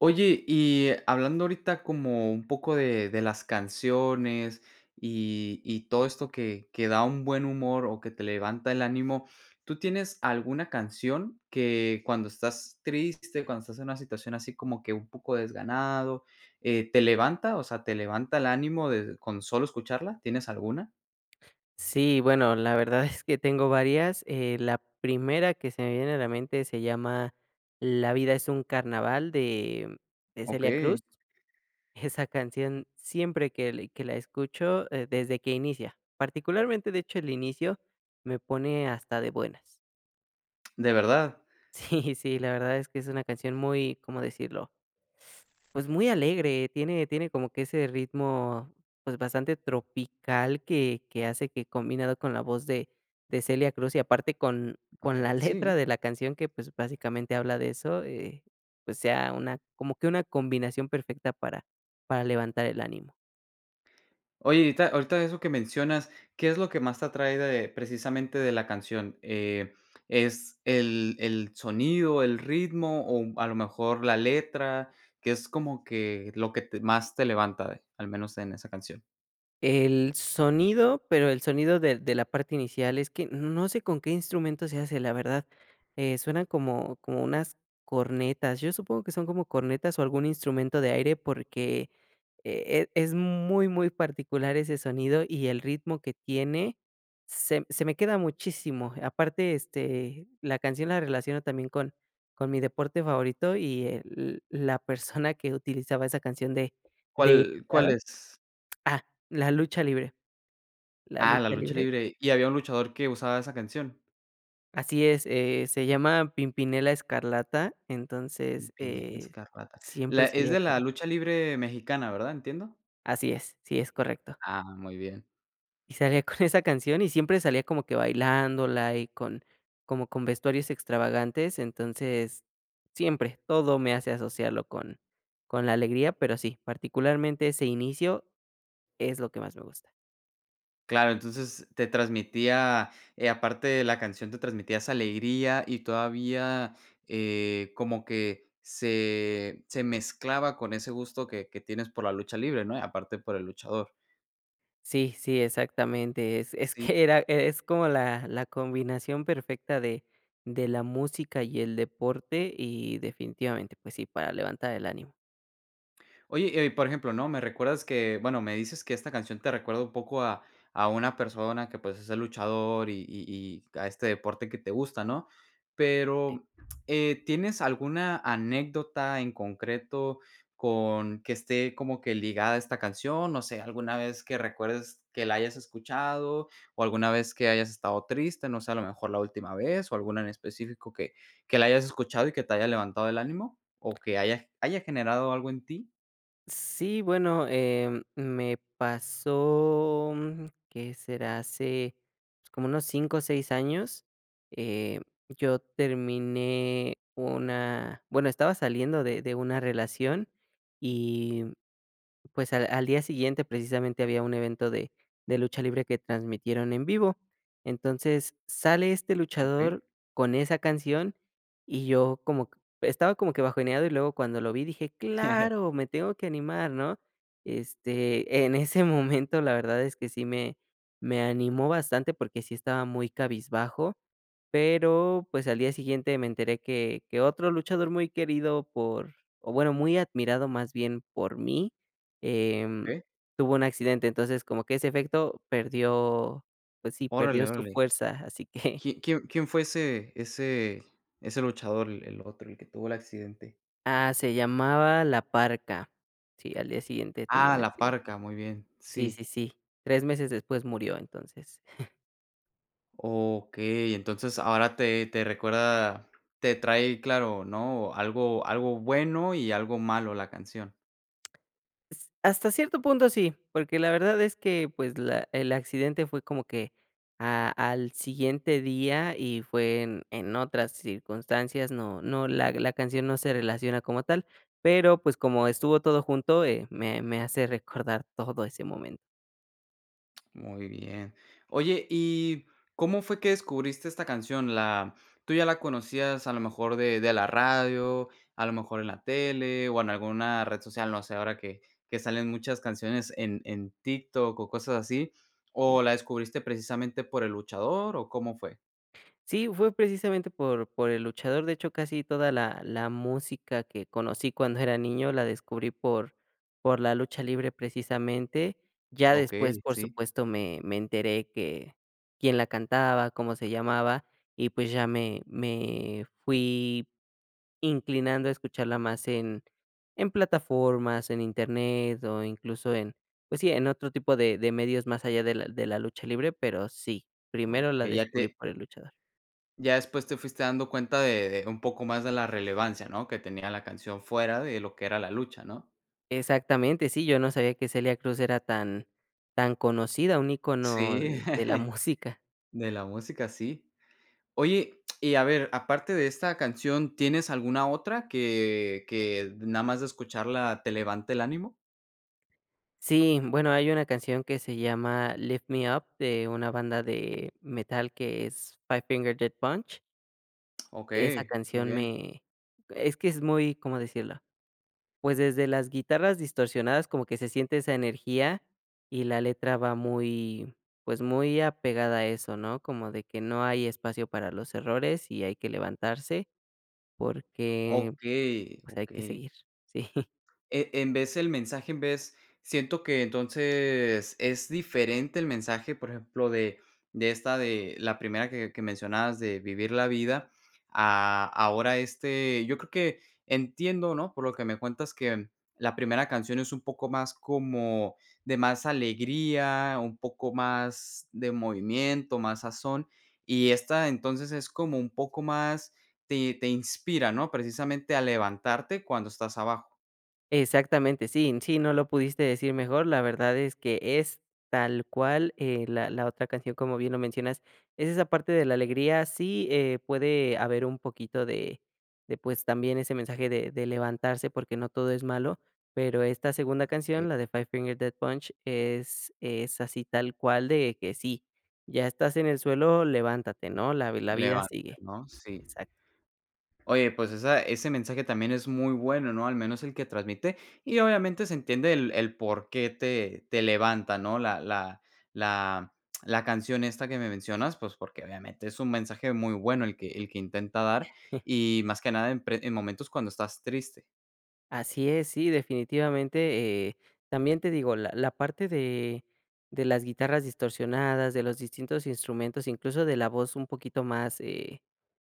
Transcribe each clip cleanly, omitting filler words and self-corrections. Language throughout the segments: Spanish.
Oye, y hablando ahorita como un poco de las canciones y todo esto que da un buen humor o que te levanta el ánimo, ¿tú tienes alguna canción que cuando estás triste, cuando estás en una situación así como que un poco desganado, te levanta? O sea, ¿te levanta el ánimo de con solo escucharla? ¿Tienes alguna? Sí, bueno, la verdad es que tengo varias. La primera que se me viene a la mente se llama La vida es un carnaval de Celia Cruz. Okey, Esa canción, siempre que la escucho, desde que inicia, particularmente de hecho el inicio, me pone hasta de buenas. ¿de verdad? Sí, sí, la verdad es que es una canción muy, ¿cómo decirlo? Pues muy alegre, tiene como que ese ritmo pues bastante tropical que hace que, combinado con la voz de Celia Cruz y aparte con Okey, la letra sí. de la canción, que pues básicamente habla de eso, pues sea una, como que una combinación perfecta para levantar el ánimo. Oye, ahorita eso que mencionas, ¿qué es lo que más te atrae de precisamente de la canción? ¿Es el sonido, el ritmo o a lo mejor la letra? ¿Qué es como que lo que te más te levanta de al menos en esa canción? El sonido, pero el sonido de la parte inicial, es que no sé con qué instrumento se hace, la verdad, suenan como unas cornetas. Yo supongo que son como cornetas o algún instrumento de aire porque es muy, muy particular ese sonido, y el ritmo que tiene se me queda muchísimo. Aparte, la canción la relaciono también con mi deporte favorito y el la persona que utilizaba esa canción de ¿Cuál entrada, es? ah, la lucha libre. La Ah, la lucha lucha libre. libre, ¿y había un luchador que usaba esa canción? Así es, se llama Pimpinela Escarlata, entonces, Pimpinela Escarlata. siempre La es salía de la con lucha libre mexicana, ¿verdad? Entiendo. así es, sí, es correcto. Ah, muy bien. Y salía con esa canción y siempre salía como que bailándola y con como con vestuarios extravagantes, entonces siempre, todo me hace asociarlo con la alegría, pero sí, particularmente ese inicio es lo que más me gusta. Claro, entonces te transmitía, aparte de la canción, te transmitía esa alegría y todavía, como que se mezclaba con ese gusto que tienes por la lucha libre, ¿no? Y aparte por el luchador. Sí, sí, exactamente. Es Sí. que era es como la combinación perfecta de la música y el deporte, y definitivamente, pues sí, para levantar el ánimo. Oye, por ejemplo, ¿no? Me recuerdas que, bueno, me dices que esta canción te recuerda un poco a una persona que pues es el luchador y a este deporte que te gusta, ¿no? Sí. Pero, ¿tienes alguna anécdota en concreto con que esté como que ligada a esta canción? No sé, alguna vez que recuerdes que la hayas escuchado o alguna vez que hayas estado triste, no sé, a lo mejor la última vez o alguna en específico que la hayas escuchado y que te haya levantado el ánimo o que haya, haya generado algo en ti. Sí, bueno, me pasó, ¿qué será? Hace, pues, como unos 5 o 6 años, eh, yo terminé una bueno, estaba saliendo de una relación. Y pues al día siguiente, precisamente, había un evento de lucha libre que transmitieron en vivo. Entonces, sale este luchador Okey. con esa canción, y yo como q estaba como que bajoneado, y luego cuando lo vi dije: "Claro, me tengo que animar", ¿no? En ese momento, la verdad es que sí me animó bastante, porque sí estaba muy cabizbajo, pero, pues, al día siguiente me enteré que otro luchador muy querido por o bueno, muy admirado más bien por mí, Em, Okey. tuvo un accidente. Entonces, como que ese efecto perdió, pues sí, perdió Órale, su órale. fuerza, así que ¿Quién fue ese luchador, el otro, el que tuvo el accidente? Ah, se llamaba La Parca. Sí, al día siguiente tuvo Ah, un La accidente. Parca, muy bien, Sí, sí. sí, sí. 3 meses después murió, entonces. Okey, entonces ahora te recuerda te trae, claro, ¿no? Algo bueno y algo malo la canción. S hasta cierto punto sí, porque la verdad es que, pues, la el accidente fue como que a al siguiente día y fue en otras circunstancias, no, la canción no se relaciona como tal, pero, pues, como estuvo todo junto, me hace recordar todo ese momento. Muy bien. Oye, ¿y cómo fue que descubriste esta canción? La ¿tú ya la conocías a lo mejor de la radio, a lo mejor en la tele o en alguna red social? No sé, ahora que salen muchas canciones en TikTok o cosas así, Sí. ¿o la descubriste precisamente por El Luchador o cómo fue? Sí, fue precisamente por El Luchador. De hecho, casi toda la música que conocí cuando era niño la descubrí por la lucha libre precisamente. Ya después, Okey, por sí. supuesto, me enteré que quién la cantaba, cómo se llamaba, y pues ya me fui inclinando a escucharla más en plataformas, en Internet o incluso en, pues sí, en otro tipo de medios, más allá de la lucha libre, pero sí, primero la Okey, descubrí por El Luchador. ya después te fuiste dando cuenta de un poco más de la relevancia, ¿no?, que tenía la canción fuera de lo que era la lucha, ¿no? Exactamente, sí, yo no sabía que Celia Cruz era tan conocida, un ícono Sí, de la música. de la música, sí. Oye, y a ver, aparte de esta canción, ¿tienes alguna otra que nada más de escucharla te levante el ánimo? Sí, bueno, hay una canción que se llama Lift Me Up, de una banda de metal que es Five Finger Death Punch. Esa Okey, muy canción bien. me es que es muy, ¿cómo decirlo? Pues desde las guitarras distorsionadas como que se siente esa energía, y la letra va muy, pues muy apegada a eso, ¿no? Como de que no hay espacio para los errores y hay que levantarse porque Okey, O sea, hay que okey. seguir. Sí, En vez el mensaje, en vez siento que entonces es diferente el mensaje, por ejemplo, de esta de la primera que mencionabas de vivir la vida, a ahora este, yo creo que entiendo, ¿no? Por lo que me cuentas que la primera canción es un poco más como de más alegría, un poco más de movimiento, más sazón, y esta entonces es como un poco más te inspira, ¿no? Precisamente a levantarte cuando estás abajo. exactamente. Sí, sí, no lo pudiste decir mejor. La verdad es que es tal cual, la otra canción, como bien lo mencionas, es esa parte de la alegría. Sí, puede haber un poquito de, pues, también ese mensaje de levantarse, porque no todo es malo, pero esta segunda Ok. canción, la de Five Finger Death Punch, es así tal cual de que sí, ya estás en el suelo, levántate, ¿no? La la vida Levántate, sigue. ¿no? Sí. Exacto. Oye, pues esa ese mensaje también es muy bueno, ¿no? Al menos el que transmite, y obviamente se entiende el por qué te levanta, ¿no? La la canción esta que me mencionas, pues, porque obviamente es un mensaje muy bueno el que intenta dar, y más que nada en momentos cuando estás triste. Así es, sí, definitivamente, también te digo, la parte de las guitarras distorsionadas, de los distintos instrumentos, incluso de la voz un poquito más,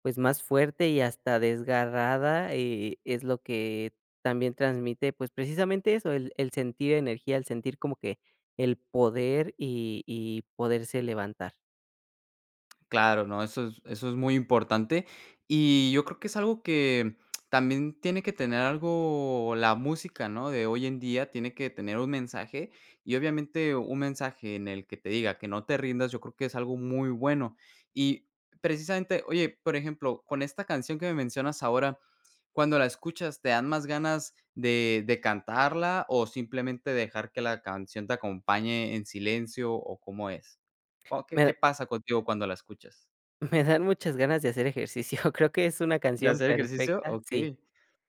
pues, más fuerte y hasta desgarrada, es lo que también transmite, pues, precisamente eso, el sentir energía, el sentir como que el poder y poderse levantar. Claro, no, eso es muy importante. Y yo creo que es algo que también tiene que tener algo la música, ¿no? De hoy en día tiene que tener un mensaje, y obviamente un mensaje en el que te diga que no te rindas, yo creo que es algo muy bueno. Y precisamente, oye, por ejemplo, con esta canción que me mencionas ahora, cuando la escuchas, ¿te dan más ganas de cantarla o simplemente dejar que la canción te acompañe en silencio, o cómo es? Oh, ¿qué Me qué pasa contigo cuando la escuchas? me dan muchas ganas de hacer ejercicio. Creo que es una ¿De canción hacer ejercicio? perfecta, sí. Okey.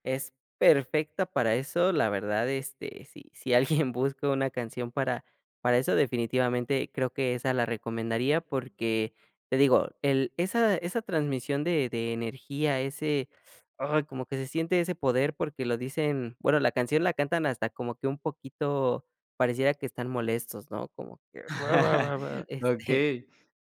Es perfecta para eso, la verdad, si alguien busca una canción para eso, definitivamente creo que esa la recomendaría porque, te digo, el esa esa transmisión de energía, ese, ay, como que se siente ese poder porque lo dicen bueno, la canción la cantan hasta como que un poquito pareciera que están molestos, ¿no? Como que este, Okey.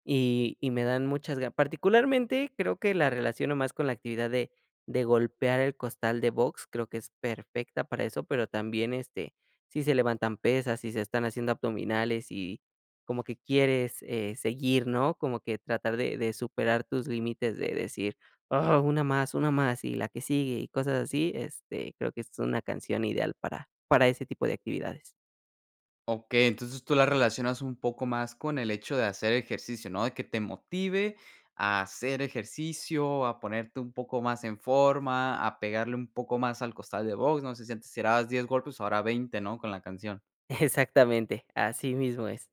y me dan muchas ga particularmente, creo que la relaciono más con la actividad de golpear el costal de box. Creo que es perfecta para eso, pero también, si se levantan pesas, si se están haciendo abdominales y como que quieres, seguir, ¿no? Como que tratar de superar tus límites, de decir: "Ah, una más, y la que sigue", y cosas así, creo que es una canción ideal para ese tipo de actividades. Okey, entonces tú la relacionas un poco más con el hecho de hacer ejercicio, ¿no? De que te motive a hacer ejercicio, a ponerte un poco más en forma, a pegarle un poco más al costal de box, no sé si antes tirabas 10 golpes, ahora 20, ¿no? Con la canción. Exactamente, así mismo es.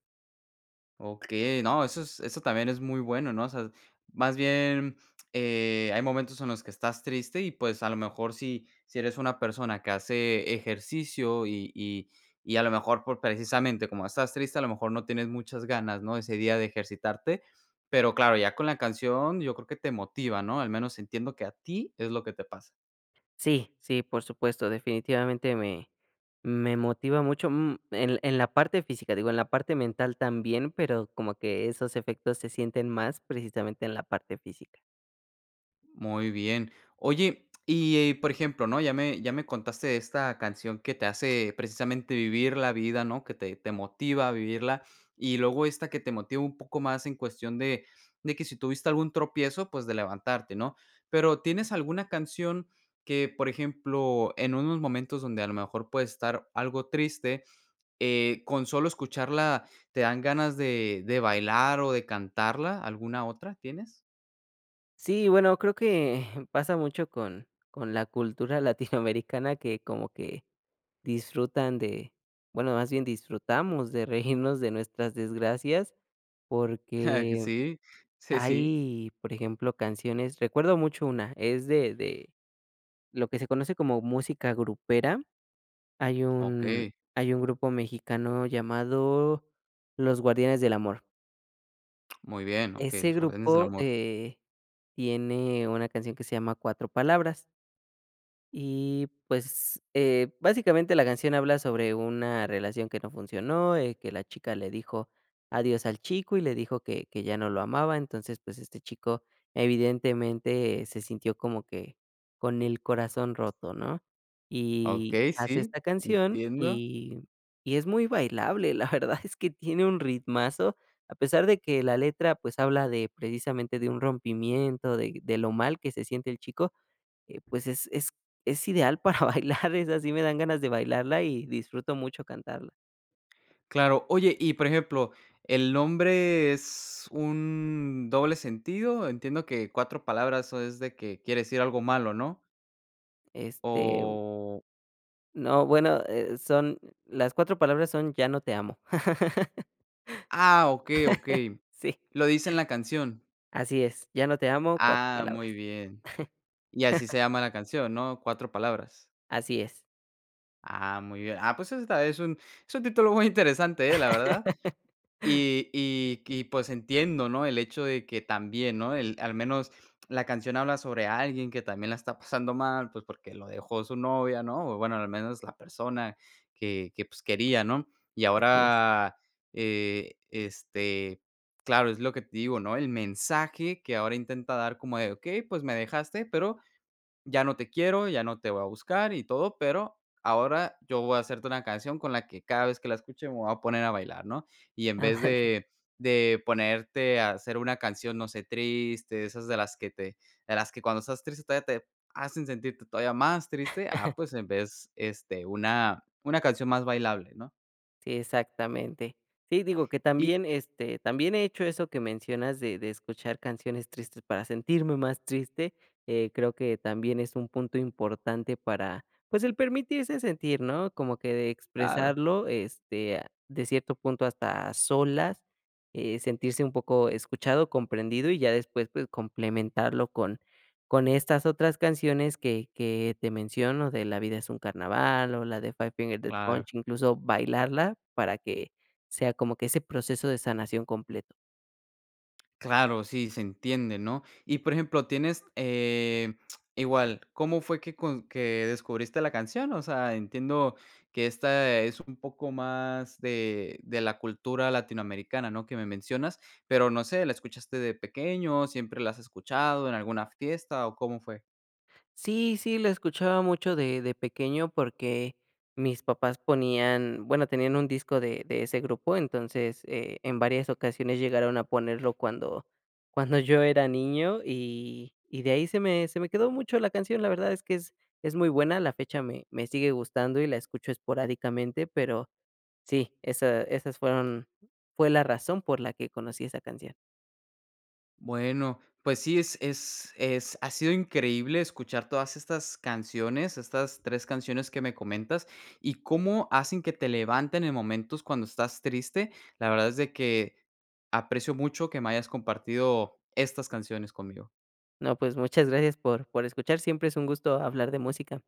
Ok, no, eso también es muy bueno, ¿no? O sea, más bien, hay momentos en los que estás triste y, pues, a lo mejor si eres una persona que hace ejercicio y a lo mejor por precisamente como estás triste, a lo mejor no tienes muchas ganas, ¿no? Ese día de ejercitarte, pero claro, ya con la canción yo creo que te motiva, ¿no? Al menos entiendo que a ti es lo que te pasa. Sí, sí, por supuesto, definitivamente me, me motiva mucho, mm, en la parte física, digo, en la parte mental también, pero como que esos efectos se sienten más precisamente en la parte física. Muy bien. Oye, y, por ejemplo, ¿no? Ya me contaste de esta canción que te hace precisamente vivir la vida, ¿no? Que te motiva a vivirla, y luego esta que te motiva un poco más en cuestión de que si tuviste algún tropiezo, pues, de levantarte, ¿no? Pero, ¿tienes alguna canción que, por ejemplo, en unos momentos donde a lo mejor puedes estar algo triste, con solo escucharla te dan ganas de bailar o de cantarla? ¿Alguna otra tienes? Sí, bueno, creo que pasa mucho con la cultura latinoamericana que como que disfrutan de, bueno, más bien disfrutamos de reírnos de nuestras desgracias, porque Sí, sí, sí. hay, por ejemplo, canciones. Recuerdo mucho una, es de lo que se conoce como música grupera. Hay un Okey, hay un grupo mexicano llamado Los Guardianes del Amor. muy bien, okey, Ese Los Guardianes del grupo, Amor. Tiene una canción que se llama Cuatro Palabras. Y pues, básicamente la canción habla sobre una relación que no funcionó, que, la chica le dijo adiós al chico y le dijo que ya no lo amaba, entonces pues este chico evidentemente se sintió como que con el corazón roto, ¿no? Y Okey, hace sí, esta canción, entiendo. Y es muy bailable, la verdad es que tiene un ritmazo, a pesar de que la letra pues habla de, precisamente, de un rompimiento, de lo mal que se siente el chico, pues es ideal para bailar. Es así, me dan ganas de bailarla y disfruto mucho cantarla. Claro, oye, y por ejemplo, ¿el nombre es un doble sentido? Entiendo que 4 palabras o es de que quiere decir algo malo, ¿no? Este, O no, bueno, son las 4 palabras son: "Ya no te amo". ah, okey, okey. Sí, Lo dice en la canción. así es, "Ya no te amo", 4 Ah, palabras. muy bien. Y así se llama la canción, ¿no? 4 palabras. Así es. Ah, muy bien. Ah, pues, esta es un título muy interesante, ¿eh? La verdad. Y, pues, entiendo, ¿no? El hecho de que también, ¿no? El al menos la canción habla sobre alguien que también la está pasando mal, pues, porque lo dejó su novia, ¿no? O bueno, al menos la persona que, pues, quería, ¿no? Y Así es. ahora, eh, este, claro, es lo que te digo, ¿no? El mensaje que ahora intenta dar como de: "Okey, pues, me dejaste, pero ya no te quiero, ya no te voy a buscar y todo, pero ahora yo voy a hacerte una canción con la que cada vez que la escuche me voy a poner a bailar, ¿no? Y en vez de ponerte a hacer una canción, no sé, triste, esas de las que cuando estás triste todavía te hacen sentirte todavía más triste, ah, pues en vez, este, una canción más bailable, ¿no? Sí, exactamente. Sí, digo que Y también, también he hecho eso que mencionas de escuchar canciones tristes para sentirme más triste. Eh, creo que también es un punto importante para, pues, el permitirse sentir, ¿no? Como que de claro, expresarlo, de cierto punto hasta a solas, sentirse un poco escuchado, comprendido, y ya después, pues, complementarlo con estas otras canciones que te menciono, de La vida es un carnaval o la de Five Finger Death claro. Punch, incluso bailarla para que sea como que ese proceso de sanación completo. Claro, sí, se entiende, ¿no? Y, por ejemplo, tienes, igual, ¿cómo fue que con que descubriste la canción? O sea, entiendo que esta es un poco más de la cultura latinoamericana, ¿no?, que me mencionas, pero no sé, ¿la escuchaste de pequeño? ¿Siempre la has escuchado en alguna fiesta o cómo fue? Sí, sí, lo escuchaba mucho de pequeño, porque mis papás ponían, bueno, tenían un disco de ese grupo. Entonces, en varias ocasiones llegaron a ponerlo cuando yo era niño y de ahí se me quedó mucho la canción. La verdad es que es muy buena, a la fecha me sigue gustando y la escucho esporádicamente, pero sí, esas fue la razón por la que conocí esa canción. Bueno, pues sí, es ha sido increíble escuchar todas estas canciones, estas 3 canciones que me comentas, y cómo hacen que te levanten en momentos cuando estás triste. La verdad es de que aprecio mucho que me hayas compartido estas canciones conmigo. No, pues, muchas gracias por escuchar, siempre es un gusto hablar de música.